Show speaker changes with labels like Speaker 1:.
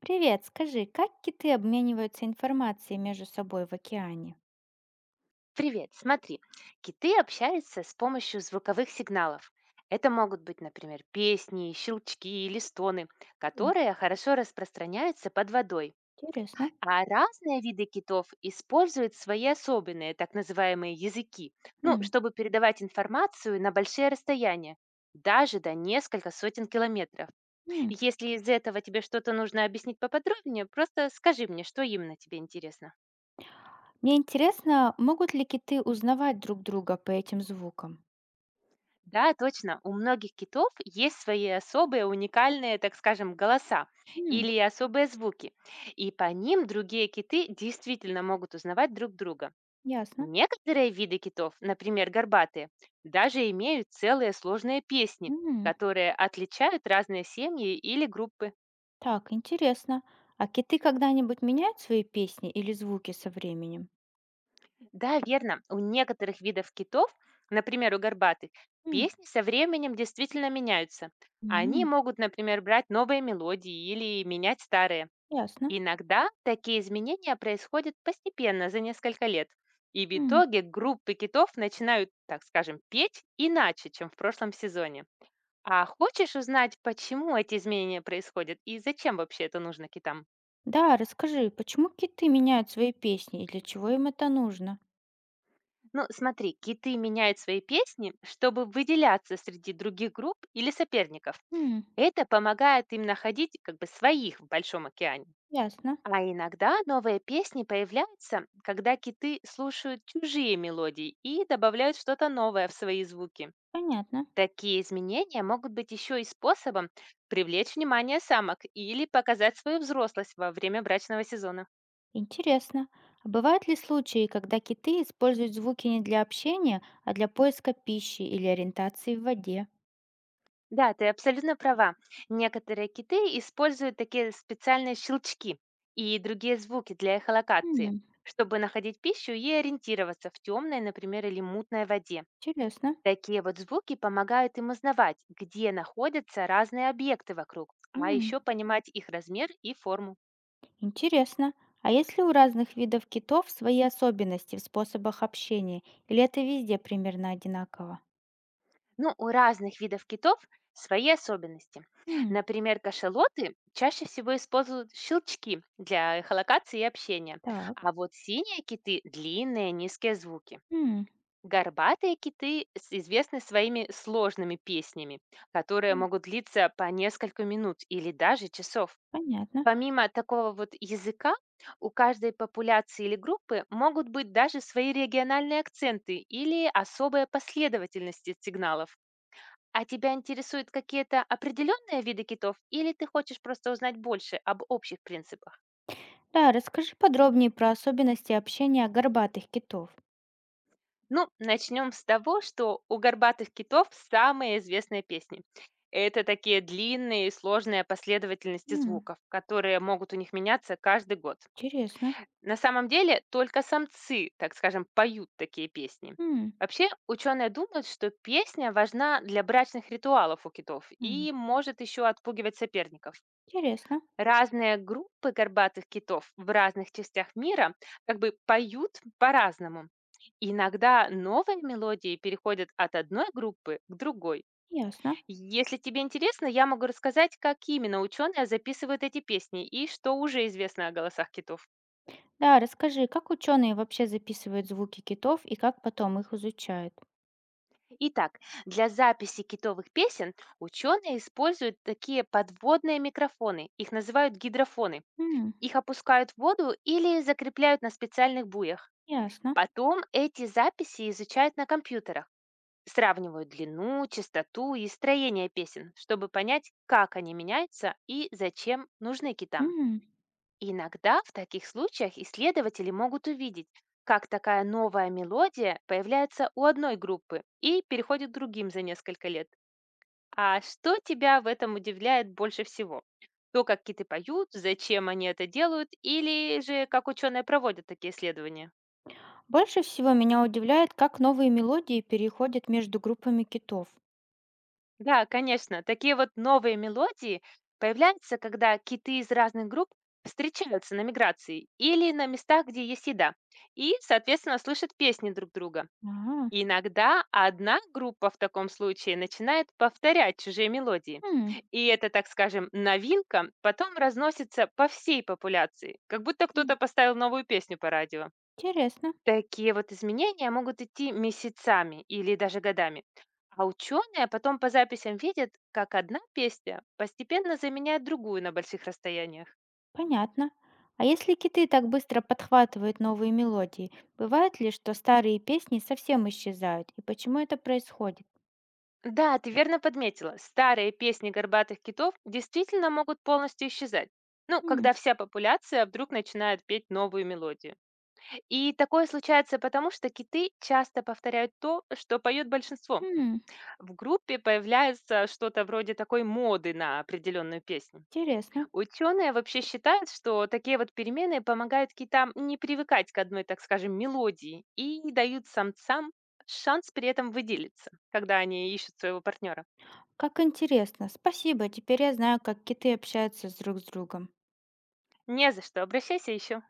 Speaker 1: Привет, скажи, как киты обмениваются информацией между собой в океане?
Speaker 2: Привет, смотри, киты общаются с помощью звуковых сигналов. Это могут быть, например, песни, щелчки или стоны,
Speaker 1: М.
Speaker 2: которые хорошо распространяются под водой.
Speaker 1: Интересно.
Speaker 2: А разные виды китов используют свои особенные, так называемые языки, ну,
Speaker 1: М.
Speaker 2: чтобы передавать информацию на большие расстояния, даже до несколько сотен километров.
Speaker 1: М.
Speaker 2: Если из этого тебе что-то нужно объяснить поподробнее, просто скажи мне, что именно тебе интересно.
Speaker 1: Мне интересно, могут ли киты узнавать друг друга по этим звукам?
Speaker 2: Да, точно. У многих китов есть свои особые, уникальные, так скажем, голоса
Speaker 1: М.
Speaker 2: или особые звуки. И по ним другие киты действительно могут узнавать друг друга.
Speaker 1: Ясно.
Speaker 2: Некоторые виды китов, например, горбатые, даже имеют целые сложные песни,
Speaker 1: М.
Speaker 2: которые отличают разные семьи или группы.
Speaker 1: Так, интересно. А киты когда-нибудь меняют свои песни или звуки со временем?
Speaker 2: Да, верно, у некоторых видов китов, например, у горбатых,
Speaker 1: М.
Speaker 2: песни со временем действительно меняются. Они
Speaker 1: М.
Speaker 2: могут, например, брать новые мелодии или менять старые.
Speaker 1: Ясно.
Speaker 2: Иногда такие изменения происходят постепенно за несколько лет, и в
Speaker 1: М.
Speaker 2: итоге группы китов начинают, так скажем, петь иначе, чем в прошлом сезоне. А хочешь узнать, почему эти изменения происходят и зачем вообще это нужно китам?
Speaker 1: Да, расскажи, почему киты меняют свои песни и для чего им это нужно?
Speaker 2: Ну, смотри, киты меняют свои песни, чтобы выделяться среди других групп или соперников.
Speaker 1: М.
Speaker 2: Это помогает им находить как бы своих в большом океане.
Speaker 1: Ясно.
Speaker 2: А иногда новые песни появляются, когда киты слушают чужие мелодии и добавляют что-то новое в свои звуки.
Speaker 1: Понятно.
Speaker 2: Такие изменения могут быть еще и способом привлечь внимание самок или показать свою взрослость во время брачного сезона.
Speaker 1: Интересно. А бывают ли случаи, когда киты используют звуки не для общения, а для поиска пищи или ориентации в воде?
Speaker 2: Да, ты абсолютно права. Некоторые киты используют такие специальные щелчки и другие звуки для эхолокации,
Speaker 1: М.
Speaker 2: чтобы находить пищу и ориентироваться в темной, например, или мутной воде.
Speaker 1: Интересно.
Speaker 2: Такие вот звуки помогают им узнавать, где находятся разные объекты вокруг, а
Speaker 1: М.
Speaker 2: еще понимать их размер и форму.
Speaker 1: Интересно. А есть ли у разных видов китов свои особенности в способах общения? Или это везде примерно одинаково?
Speaker 2: Ну, у разных видов китов свои особенности.
Speaker 1: М.
Speaker 2: Например, кашалоты чаще всего используют щелчки для эхолокации и общения,
Speaker 1: Так.
Speaker 2: а вот синие киты– длинные низкие звуки.
Speaker 1: М.
Speaker 2: Горбатые киты известны своими сложными песнями, которые
Speaker 1: М.
Speaker 2: могут длиться по несколько минут или даже часов.
Speaker 1: Понятно.
Speaker 2: Помимо такого вот языка, у каждой популяции или группы могут быть даже свои региональные акценты или особая последовательности сигналов. А тебя интересуют какие-то определенные виды китов или ты хочешь просто узнать больше об общих принципах?
Speaker 1: Да, расскажи подробнее про особенности общения горбатых китов.
Speaker 2: Ну, начнем с того, что у горбатых китов самые известные песни. Это такие длинные и сложные последовательности
Speaker 1: М.
Speaker 2: звуков, которые могут у них меняться каждый год.
Speaker 1: Интересно.
Speaker 2: На самом деле только самцы, так скажем, поют такие песни.
Speaker 1: М.
Speaker 2: Вообще, ученые думают, что песня важна для брачных ритуалов у китов
Speaker 1: М.
Speaker 2: и может еще отпугивать соперников.
Speaker 1: Интересно.
Speaker 2: Разные группы горбатых китов в разных частях мира как бы поют по-разному. Иногда новые мелодии переходят от одной группы к другой.
Speaker 1: Ясно.
Speaker 2: Если тебе интересно, я могу рассказать, как именно ученые записывают эти песни и что уже известно о голосах китов.
Speaker 1: Да, расскажи, как ученые вообще записывают звуки китов и как потом их изучают?
Speaker 2: Итак, для записи китовых песен ученые используют такие подводные микрофоны, их называют гидрофоны.
Speaker 1: М.
Speaker 2: Их опускают в воду или закрепляют на специальных буях.
Speaker 1: Ясно.
Speaker 2: Потом эти записи изучают на компьютерах, сравнивают длину, частоту и строение песен, чтобы понять, как они меняются и зачем нужны китам.
Speaker 1: М.
Speaker 2: Иногда в таких случаях исследователи могут увидеть, как такая новая мелодия появляется у одной группы и переходит к другим за несколько лет. А что тебя в этом удивляет больше всего? То, как киты поют, зачем они это делают, или же как ученые проводят такие исследования?
Speaker 1: Больше всего меня удивляет, как новые мелодии переходят между группами китов.
Speaker 2: Да, конечно, такие вот новые мелодии появляются, когда киты из разных групп встречаются на миграции или на местах, где есть еда, и, соответственно, слышат песни друг друга.
Speaker 1: А.
Speaker 2: Иногда одна группа в таком случае начинает повторять чужие мелодии.
Speaker 1: М.
Speaker 2: И это, так скажем, новинка потом разносится по всей популяции, как будто кто-то
Speaker 1: М.
Speaker 2: поставил новую песню по радио.
Speaker 1: Интересно.
Speaker 2: Такие вот изменения могут идти месяцами или даже годами. А ученые потом по записям видят, как одна песня постепенно заменяет другую на больших расстояниях.
Speaker 1: Понятно. А если киты так быстро подхватывают новые мелодии, бывает ли, что старые песни совсем исчезают? И почему это происходит?
Speaker 2: Да, ты верно подметила. Старые песни горбатых китов действительно могут полностью исчезать. Ну,
Speaker 1: М.
Speaker 2: когда вся популяция вдруг начинает петь новую мелодию. И такое случается потому, что киты часто повторяют то, что поет большинство.
Speaker 1: М.
Speaker 2: В группе появляется что-то вроде такой моды на определенную песню.
Speaker 1: Интересно.
Speaker 2: Ученые вообще считают, что такие вот перемены помогают китам не привыкать к одной, так скажем, мелодии и дают самцам шанс при этом выделиться, когда они ищут своего партнера.
Speaker 1: Как интересно. Спасибо. Теперь я знаю, как киты общаются с друг с другом.
Speaker 2: Не за что, обращайся еще.